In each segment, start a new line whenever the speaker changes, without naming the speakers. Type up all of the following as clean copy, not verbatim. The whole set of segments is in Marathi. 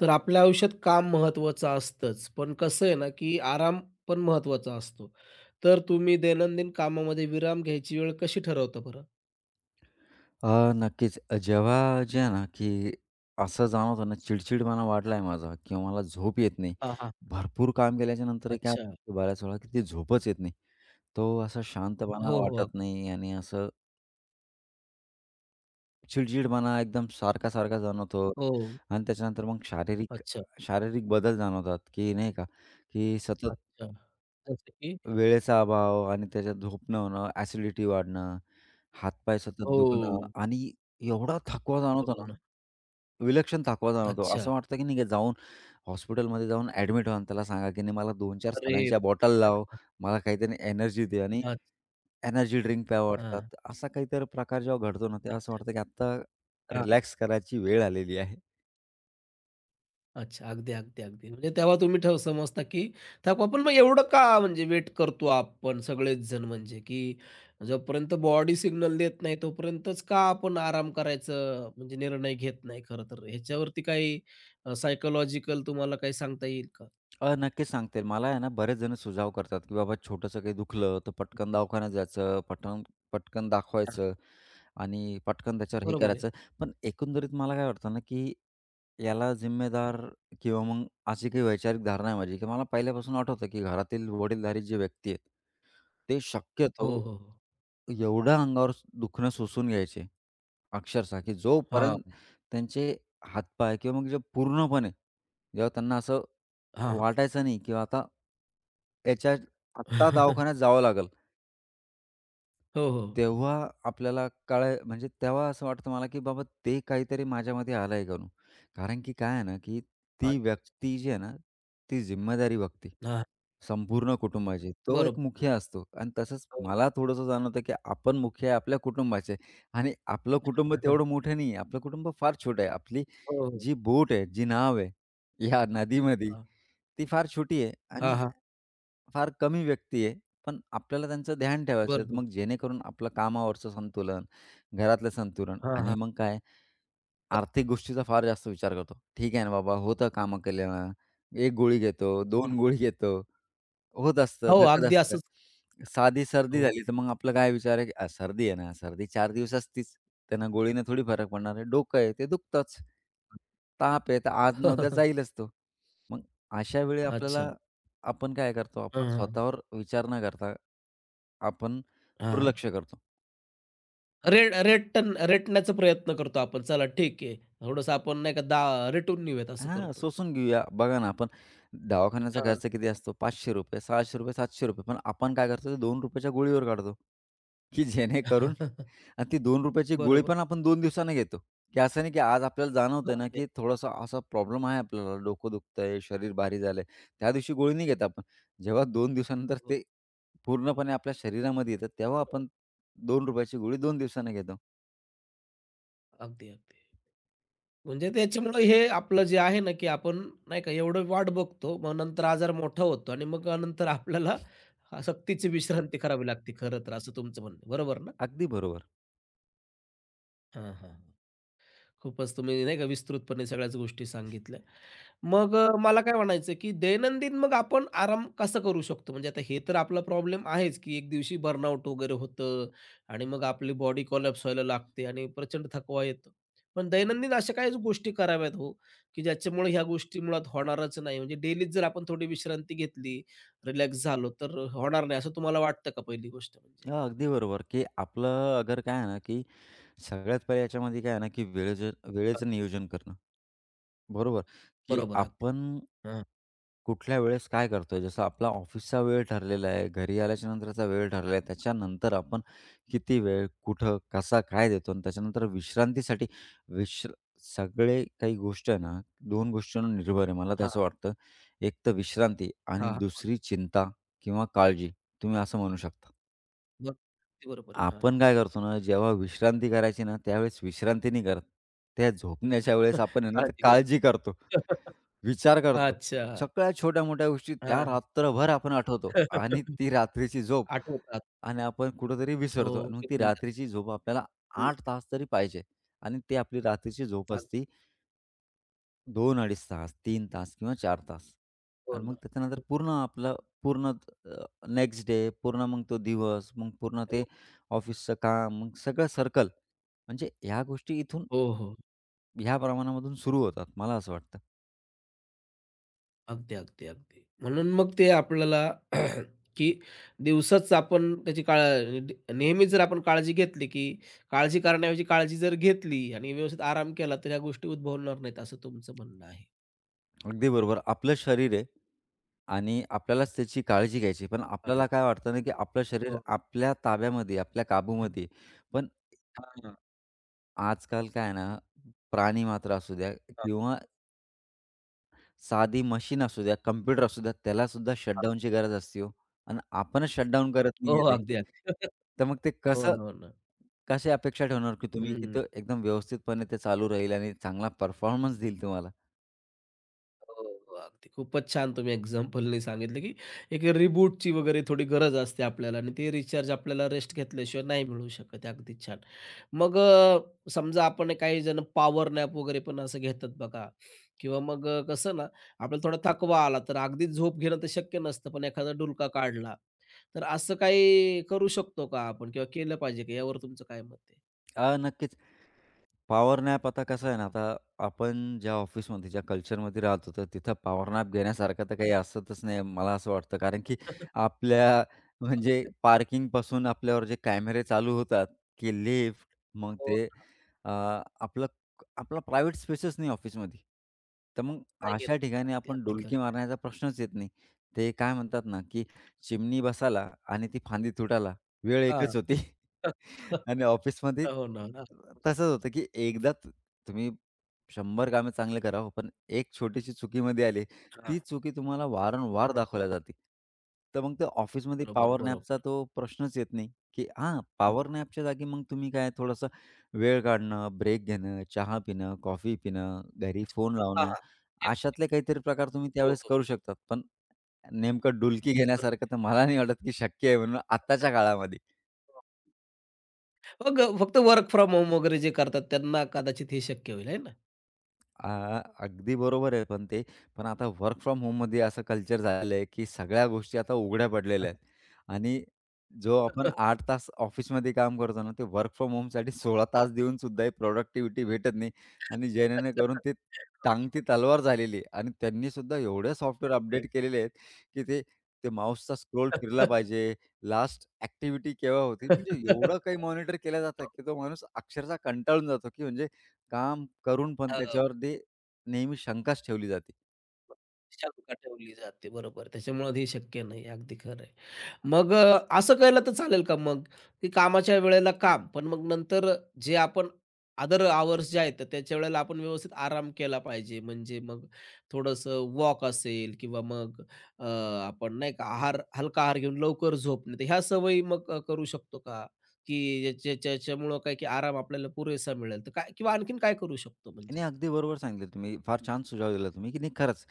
तर आपल्या आयुष्यात काम महत्त्वाचं असतंच. पण कसं आहे ना, की आराम पण महत्त्वाचा असतो. तर तुम्ही दैनंदिन कामामध्ये विराम घ्यायची वेळ कशी ठरवता बरं?
नक्कीच. जेव्हा जे आहे ना, की असं जाणवतं ना, चिडचिडपणा वाढला आहे माझा किंवा मला झोप येत नाही.
हां, हां.
भरपूर काम केल्याच्या नंतरही काय
अच्छा.
होतं बऱ्याच वेळा, की ती झोपच येत नाही. तो असा शांतपणा
हो, हो. अग
वाटत नाही आणि असं चिडचिडपणा एकदम सारखा-सारखा जाणवतो
हो.
आणि त्याच्यानंतर मग शारीरिक
अच्छा,
शारीरिक बदल जाणवतात, की नाही का, की सतत
अच्छा. जसं की
वेळेचा अभाव आणि त्याच्यात झोप होणं, ॲसिडिटी वाढणं, हातपाय सतत दुखणं
हो.
आणि एवढा थकवा जाणवतो
हो ना.
ना विलक्षण थकवा जाणवतो.
अच्छा.
असं वाटतं की नाही का जाऊन हॉस्पिटलमध्ये जाऊन ॲडमिट व्हा आणि त्याला सांगा की नाही मला 2-4
अरे!
साल्यांच्या बॉटल लाव, मला काहीतरी एनर्जी दे आणि
अच्छा.
एनर्जी ड्रिंक प्यावं
हां.
वाटतात. असा काहीतरी प्रकार जेव्हा घडतो ना, तेव्हा असं
अच्छा.
वाटतं की आत्ता रिलॅक्स करायची वेळ आलेली आहे.
अच्छा. अगदी, अगदी, अगदी. म्हणजे तेव्हा तुम्ही ठेव समजता, की थकवा पण मग एवढं का म्हणजे वेट करतो आपण सगळेच जण म्हणजे, की जोपर्यंत बॉडी सिग्नल देत नाही तोपर्यंतच का आपण आराम करायचं म्हणजे निर्णय घेत नाही खरं तर. ह्याच्यावरती काही अ, तुम्हाला काही सांगता येईल का?
नक्कीच सांगते. मला आहे ना, बरेच जण सुझाव करतात, की बाबा छोटंसं काही दुखलं, तर पटकन दवाखान्यात जायचं, पटकन पटकन दाखवायचं आणि पटकन त्याच्यावर हे
बरोबर आहे.
करायचं. पण एकंदरीत मला काय वाटतं ना, की याला जिम्मेदार किंवा मग अशी काही वैचारिक धारणा आहे माझी, की मला पहिल्यापासून आठवतं, की घरातील वडीलधारी जी व्यक्ती आहेत ते
हो,
शक्यतो
हो, हो.
एवढं अंगावर दुखणं सोसून घ्यायचे, अक्षरशः, की
हां.
जोपर्यंत त्यांचे हातपाय किंवा मग जे पूर्णपणे जेव्हा त्यांना असं
हां, हां.
वाटायचं नाही, की आता याच्या आत्ता दवाखान्यात जावं लागेल.
हो, हो.
तेव्हा आपल्याला कळाय म्हणजे तेव्हा असं वाटतं मला, की बाबा ते काहीतरी माझ्यामध्ये आलंय का म्हणून. कारण की काय आहे ना, की ती
अच्छा, अच्छा.
व्यक्ती जी आहे ना, ती जिम्मेदारी व्यक्ती
हां.
संपूर्ण कुटुंबाची. तो एक
बरोबर.
मुखिया असतो आणि तसंच
हो.
मला थोडंसं जाणवतं, की आपण मुखिया आहे आपल्या कुटुंबाचे आणि आपलं कुटुंब तेवढं मोठं नाही आहे. आपलं कुटुंब फार छोटं आहे. आपली
हो, हो.
जी बोट आहे, जी नाव आहे, या नदीमध्ये
हां.
ती फार छोटी आहे
हां,
आणि
हां.
फार कमी व्यक्ती आहे. पण आपल्याला त्यांचं ध्यान ठेवायचं आहे.
बरोबर.
मग जेणेकरून आपलं कामावरचं संतुलन, घरातलं संतुलन
हां,
आणि
हां.
मग काय आर्थिक गोष्टीचा फार जास्त विचार करतो. ठीक आहे ना बाबा, होतं कामं केल्यानं. 1 गोळी घेतो,
हं.
2 गोळी घेतो. होत असतं,
हो,
धकत
अगदी
असतं.
असंच.
साधी सर्दी
हो.
झाली, तर मग आपला काय विचार आहे, की सर्दी आहे ना, सर्दी 4 दिवस असतीच. त्यानं गोळीनं थोडी फरक पडणार आहे. डोकं आहे ते दुखतंच. ताप आहे तर आज ना उद्या जाईलच तो." मग अशा वेळी
अच्छा.
आपल्याला आपण काय करतो,
हां,
आपण
हां.
स्वतःवर विचार न करता आपण
हां.
दुर्लक्ष करतो.
रेटण्याचा प्रयत्न करतो आपण. चला ठीक आहे. थोडंसं आपण नाही का रेटून नेऊयात असं
हां,
करतो.
सोसून घेऊया. बघा ना, आपण दवाखान्याचा
हां.
खर्च किती असतो? ₹500, ₹600, ₹700 पण आपण काय करतो ते ₹2 च्या गोळीवर काढतो, की जेणेकरून आणि ती ₹2ची गोळी
बरोबर.
पण आपण 2 दिवसांनी घेतो, की असं नाही की आज आपल्याला
हो,
जाणवतंय ना,
अगदी.
की थोडासा असा प्रॉब्लेम आहे आपल्याला, डोकं दुखतंय, शरीर भारी झालंय. त्या दिवशी गोळी नाही घेत आपण. जेव्हा 2
हो,
दिवसानंतर
हो.
ते पूर्णपणे आपल्या शरीरामध्ये येतं, तेव्हा
बरोबर.
आपण ₹2ची गोळी 2 दिवसांनी घेतो.
अगदी, अगदी. म्हणजे त्याच्यामुळं हे आपलं जे आहे ना, की आपण नाही का एवढं वाट बघतो. मग नंतर आजार मोठा होतो आणि मग नंतर आपल्याला सक्तीची विश्रांती करावी लागते खरं तर असं तुमचं म्हणणं आहे. बरोबर ना?
अगदी बरोबर.
हां, हां. खूपच तुम्ही नाही का विस्तृतपणे सगळ्याच गोष्टी सांगितल्या. मग मला काय म्हणायचं, की दैनंदिन मग आपण आराम कसा करू शकतो? म्हणजे आता हे तर आपला प्रॉब्लेम आहेच, की एक दिवशी बर्नआउट वगैरे होतं आणि मग आपली बॉडी कोलॅप्स व्हायला लागते आणि प्रचंड थकवा येतो. पण दैनंदिन अशा काहीच गोष्टी कराव्यात हो, की ज्याच्यामुळे ह्या गोष्टी मुळात होणारच नाही. म्हणजे डेलीच जर आपण थोडी विश्रांती घेतली, रिलॅक्स झालो, तर होणार नाही असं तुम्हाला वाटतं का पहिली गोष्ट म्हणजे?
हां, अगदी बरोबर, की आपलं अगर काय आहे ना, की सगळ्यात पहिले याच्यामध्ये काय आहे ना, की वेळेचं वेळेचं नियोजन करणं. बरोबर, की
बरोबर अगदी.
आपण
हां,
कुठल्या वेळेस काय करतोय? जसं आपला ऑफिसचा वेळ ठरलेला आहे, घरी आल्याच्या नंतरचा वेळ ठरलेला आहे. त्याच्यानंतर आपण किती वेळ, कुठं, कसा, काय देतो आणि त्याच्यानंतर विश्रांतीसाठी विश्र सगळे काही गोष्ट आहे ना, 2 गोष्टींवर निर्भर आहे. मला तर
हां,
असं वाटतं. एक तर विश्रांती आणि
हां, हां.
दुसरी चिंता किंवा काळजी, तुम्ही असं म्हणू शकता.
बरोबर आहे. हां.
आपण काय करतो ना, जेव्हा विश्रांती करायची ना, त्यावेळेस विश्रांती नाही करत. त्या झोपण्याच्या वेळेस आपण आहे ना, तर
काळजी कर.
काळजी करतो, विचार करतो.
अच्छा.
सगळ्या छोट्या-मोठ्या गोष्टी त्या
हां.
रात्रभर आपण आठवतो आणि ती रात्रीची झोप
आठवतात.
आणि आपण कुठेतरी विसरतो
हो,
आणि मग
ते
ती
म्हणतात.
रात्रीची झोप आपल्याला
हं,
8 तास तरी पाहिजे आणि ती आपली रात्रीची झोप
अगदी.
असते 2-2.5 तास, 3 तास किंवा 4 तास
हो
आणि
ना.
मग त्याच्यानंतर पूर्ण आपलं पूर्ण नेक्स्ट डे, पूर्ण मग तो दिवस, मग पूर्ण ते ऑफिसचं काम, मग सगळं सर्कल म्हणजे ह्या गोष्टी इथून
हो, हो, हो.
ह्या प्रमाणामधून सुरू होतात, मला असं वाटतं.
अगदी, अगदी, अगदी. म्हणून मग ते आपल्याला की दिवसाच आपण त्याची काळ नेहमी जर आपण काळजी घेतली, की काळजी करण्याऐवजी काळजी जर घेतली आणि व्यवस्थित आराम केला, तर ह्या गोष्टी उद्भवणार नाहीत, असं तुमचं म्हणणं आहे.
अगदी बरोबर. आपलं शरीर आहे आणि आपल्यालाच त्याची काळजी घ्यायची. पण
हां,
आपल्याला काय वाटतं ना, की आपलं
हो,
शरीर
हो.
आपल्या ताब्यामध्ये, आपल्या काबूमध्ये आहे. पण
हां, हां,
आजकाल काय आहे ना, प्राणीमात्र असू द्या
हां.
किंवा साधी मशीन असू द्या, कॉम्प्युटर असू द्या, त्यालासुद्धा शटडाऊनची गरज असते हो. आणि आपणच शटडाऊन करत
हो,
नाहीये ते.
अगदी, अगदी.
तर मग ते
हो
कसं
ना, हो ना.
कशी अपेक्षा ठेवणार, की तुम्ही
हं.
तिथं एकदम व्यवस्थितपणे ते चालू राहील आणि चांगला परफॉर्मन्स देईल तुम्हाला?
हो, हो. अगदी खूपच छान तुम्ही एक्झाम्पलनी सांगितलं, की एक रिबूटची वगैरे थोडी गरज असते आपल्याला आणि ते रिचार्ज आपल्याला रेस्ट घेतल्याशिवाय नाही मिळू शकत. अगदी छान. मग समजा आपण काही जण पॉवर नॅप वगैरे पण असं घेतात बघा किंवा मग कसं ना आपल्याला थोडा थकवा आला तर अगदीच झोप घेणं तर शक्य नसतं, पण एखादा डुलका काढला, तर असं काही करू शकतो का आपण किंवा केलं पाहिजे का? यावर तुमचं काय मत आहे?
नक्कीच. पॉवर नॅप आता कसं आहे ना, आता आपण ज्या ऑफिसमध्ये, ज्या कल्चरमध्ये राहतो, तर तिथं पॉवर नॅप घेण्यासारखं तर काही असतच नाही, मला असं वाटतं. कारण की आपल्या म्हणजे पार्किंगपासून आपल्यावर जे कॅमेरे चालू होतात, की लिफ्ट, मग
हो
ते
ना.
अ, आपलं आपला प्रायव्हेट स्पेसच नाही ऑफिसमध्ये. तर मग
नाही घेत.
अशा ठिकाणी
अगदी,
आपण
अगदी खरं.
डुलकी मारण्याचा प्रश्नच येत नाही. ते काय म्हणतात ना, की चिमणी बसाला आणि ती फांदी तुटाला, वेळ
हां.
एकच होती. आणि ऑफिसमध्ये
हो ना. हो ना.
तसंच होतं, की एकदा तुम्ही 100 कामे चांगले करा हो, पण एक छोटीशी चुकीमध्ये आली,
हां.
ती चुकी तुम्हाला वारंवार
हो,
दाखवल्या
हो.
जाते. तर मग ते ऑफिसमध्ये
बरोबर,
पॉवर नॅपचा
बरोबर.
तो प्रश्नच येत नाही, की हां,
हं.
पॉवर नॅपच्या जागी मग तुम्ही काय थोडंसं वेळ काढणं, ब्रेक घेणं, चहा पिणं, कॉफी पिणं, घरी फोन
हां,
लावणं,
हां. ते
अशातले काहीतरी प्रकार तुम्ही
हो,
त्यावेळेस
हो.
करू शकतात. पण नेमकं डुलकी घेण्यासारखं
बरोबर.
तर मला नाही वाटत, की शक्य आहे म्हणून आत्ताच्या काळामध्ये.
हो. मग फक्त वर्क फ्रॉम होम वगैरे जे करतात त्यांना कदाचित हे शक्य होईल, आहे ना?
आ, अगदी बरोबर आहे. पण ते पण आता वर्क फ्रॉम होममध्ये असं कल्चर झालेलं आहे, की सगळ्या गोष्टी आता उघड्या
हां.
पडलेल्या आहेत आणि जो आपण 8 तास ऑफिसमध्ये काम करतो ना, ते वर्क फ्रॉम होमसाठी 16
हां.
तास देऊन सुद्धा ही प्रॉडक्टिव्हिटी भेटत नाही आणि जेणेकरून ते टांगती तलवार झालेली आहे आणि त्यांनी सुद्धा एवढे सॉफ्टवेअर अपडेट केलेले आहेत, की ते ते माऊसचा स्क्रोल फिरला पाहिजे, लास्ट ॲक्टिव्हिटी केव्हा होती, म्हणजे एवढं काही मॉनिटर केलं जातं, की तो माणूस अक्षरशः कंटाळून जातो, की म्हणजे काम करून पण
हो.
त्याच्यावर ते नेहमी शंकाच ठेवली जाते.
शंका ठेवली जाते. बरोबर. त्याच्यामुळं हे शक्य नाही. अगदी खरं आहे. मग असं केलं तर चालेल का मग, की कामाच्या वेळेला काम, पण मग नंतर जे आपण अदर आवर्स जे आहेत, तर त्याच्या वेळेला आपण व्यवस्थित आराम केला पाहिजे. म्हणजे मग थोडंसं वॉक असेल किंवा मग अ, आपण नाही का हलका आहार घेऊन लवकर झोपणे. तर ह्या सवयी मग करू शकतो का? की ज्याच्यामुळं काय की आराम आपल्याला पुरेसा मिळेल. तर काय किंवा आणखीन काय करू शकतो म्हणजे?
नाही, अगदी बरोबर सांगितलं तुम्ही. फार छान सुझाव दिला तुम्ही, की नाही खरंच,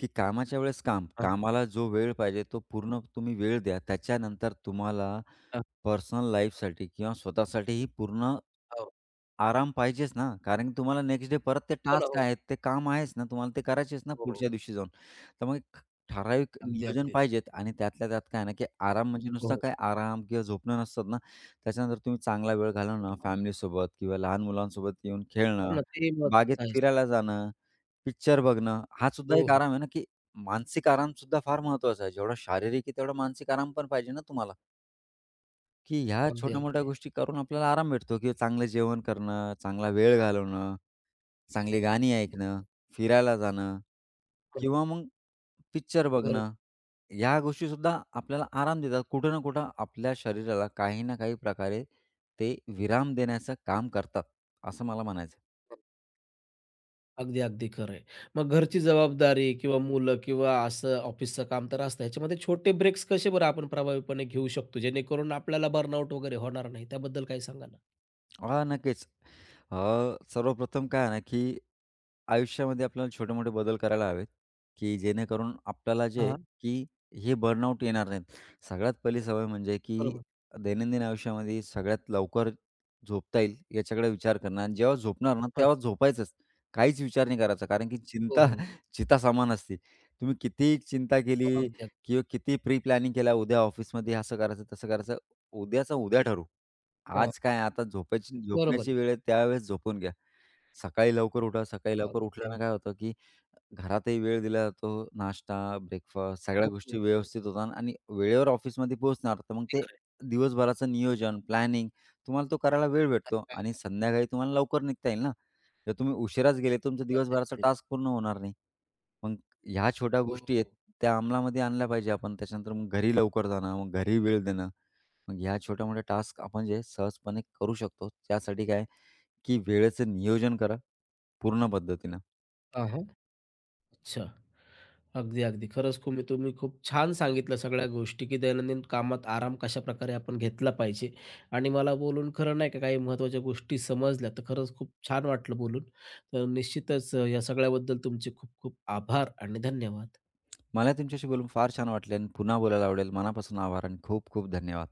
की कामाच्या वेळेस काम,
हां,
कामाला जो वेळ पाहिजे तो पूर्ण तुम्ही वेळ द्या. त्याच्यानंतर तुम्हाला
हां.
पर्सनल लाईफसाठी किंवा स्वतःसाठीही पूर्ण
हो.
आराम पाहिजेच ना. कारण की तुम्हाला नेक्स्ट डे परत ते
हो ना.
टास्क
हो.
आहेत, ते काम आहेच ना, तुम्हाला ते करायचेच ना
हो.
पुढच्या
हो.
दिवशी जाऊन. तर मग एक ठराविक
अगदी,
नियोजन
अगदी.
पाहिजेत आणि त्यातल्या त्यात काय ना, की आराम म्हणजे नुसता
हो,
काय आराम किंवा झोपणं नसतात ना. त्याच्यानंतर तुम्ही चांगला वेळ घालवणं
हो.
फॅमिलीसोबत किंवा लहान मुलांसोबत येऊन
हो
खेळणं.
ना, ते
बागेत
महत्वाचं आहेच.
फिरायला जाणं, पिक्चर बघणं, हा सुद्धा
हो,
एक
हो.
आराम आहे ना, की मानसिक आराम सुद्धा फार महत्त्वाचा आहे. जेवढा शारीरिक आहे, तेवढा मानसिक आराम पण पाहिजे ना तुम्हाला, की ह्या
अगदी,
छोट्या-मोठ्या
अगदी.
गोष्टी करून आपल्याला आराम भेटतो, की चांगलं जेवण करणं, चांगला वेळ घालवणं, चांगली गाणी
हो,
ऐकणं,
हो.
फिरायला जाणं किंवा मग पिक्चर
बरोबर.
बघणं. ह्या गोष्टीसुद्धा आपल्याला आराम देतात. कुठं ना कुठं आपल्या शरीराला काही ना काही प्रकारे ते विराम देण्याचं काम करतात, असं मला म्हणायचं
अगदी, अगदी खरं आहे. मग घरची जबाबदारी किंवा मुलं किंवा असं ऑफिसचं काम तर असतं. ह्याच्यामध्ये छोटे ब्रेक्स कसे बरं आपण प्रभावीपणे घेऊ शकतो, जेणेकरून आपल्याला बर्नआउट वगैरे होणार नाही? त्याबद्दल काही सांगा ना?
हां, नक्कीच. अ, सर्वप्रथम काय आहे ना, की आयुष्यामध्ये आपल्याला छोटे-मोठे बदल करायला हवेत, की जेणेकरून आपल्याला जे आहे,
हां.
की हे बर्नआउट येणार नाहीत. सगळ्यात पहिली सवय म्हणजे, की
बरोबर.
दैनंदिन आयुष्यामध्ये सगळ्यात लवकर झोपता येईल याच्याकडे विचार करणं आणि जेव्हा झोपणार ना, तेव्हा
अच्छा.
झोपायचंच. काहीच विचार नाही करायचा. कारण की
हो,
चिंता
हो.
चिता समान असते. तुम्ही कितीही चिंता
हो,
केली
अगदी, अगदी.
किंवा किती प्री प्लॅनिंग केला, उद्या ऑफिसमध्ये असं करायचं, तसं करायचं, उद्याचं उद्या ठरू.
हां,
आज काय आता
बरोबर
झोपण्याची
आहे.
वेळ आहे त्यावेळेस झोपून घ्या. सकाळी लवकर उठा, सकाळी लवकर
अगदी.
उठल्यानं काय होतं, की घरातही वेळ दिला जातो. नाश्ता, ब्रेकफास्ट सगळ्या
हो, हो.
गोष्टी व्यवस्थित होतात आणि वेळेवर ऑफिसमध्ये पोहोचणार. तर मग
ते
ते
खरं
दिवसभराचं नियोजन, प्लॅनिंग तुम्हाला तो करायला वेळ भेटतो
आहे.
आणि
हां,
संध्याकाळी तुम्हाला लवकर निघता येईल ना. जर तुम्ही उशिराच गेले तर तुमचा
अगदी,
दिवसभराचा
अगदी.
टास्क पूर्ण होणार नाही. मग ह्या छोट्या
हो,
गोष्टी आहेत
हो.
त्या अंमलामध्ये आणल्या पाहिजे आपण. त्याच्यानंतर मग घरी लवकर जाणं, मग घरी वेळ देणं. मग ह्या छोट्या-मोठ्या टास्क आपण जे सहजपणे करू शकतो. त्यासाठी काय, की वेळेचं नियोजन करा पूर्ण पद्धतीनं.
हां, हां. अच्छा. अगदी, अगदी. खरंच तुम्ही तुम्ही खूप छान सांगितलं सगळ्या गोष्टी, की दैनंदिन कामात आराम कशा कशाप्रकारे आपण घेतला पाहिजे. आणि मला बोलून खरं नाही का काही महत्त्वाच्या गोष्टी समजल्या. तर खरंच खूप छान वाटलं बोलून. तर निश्चितच या सगळ्याबद्दल तुमचे खूप खूप आभार आणि धन्यवाद.
मला तुमच्याशी बोलून फार छान वाटले आणि पुन्हा बोलायला आवडेल. मनापासून आभार आणि खूप खूप धन्यवाद.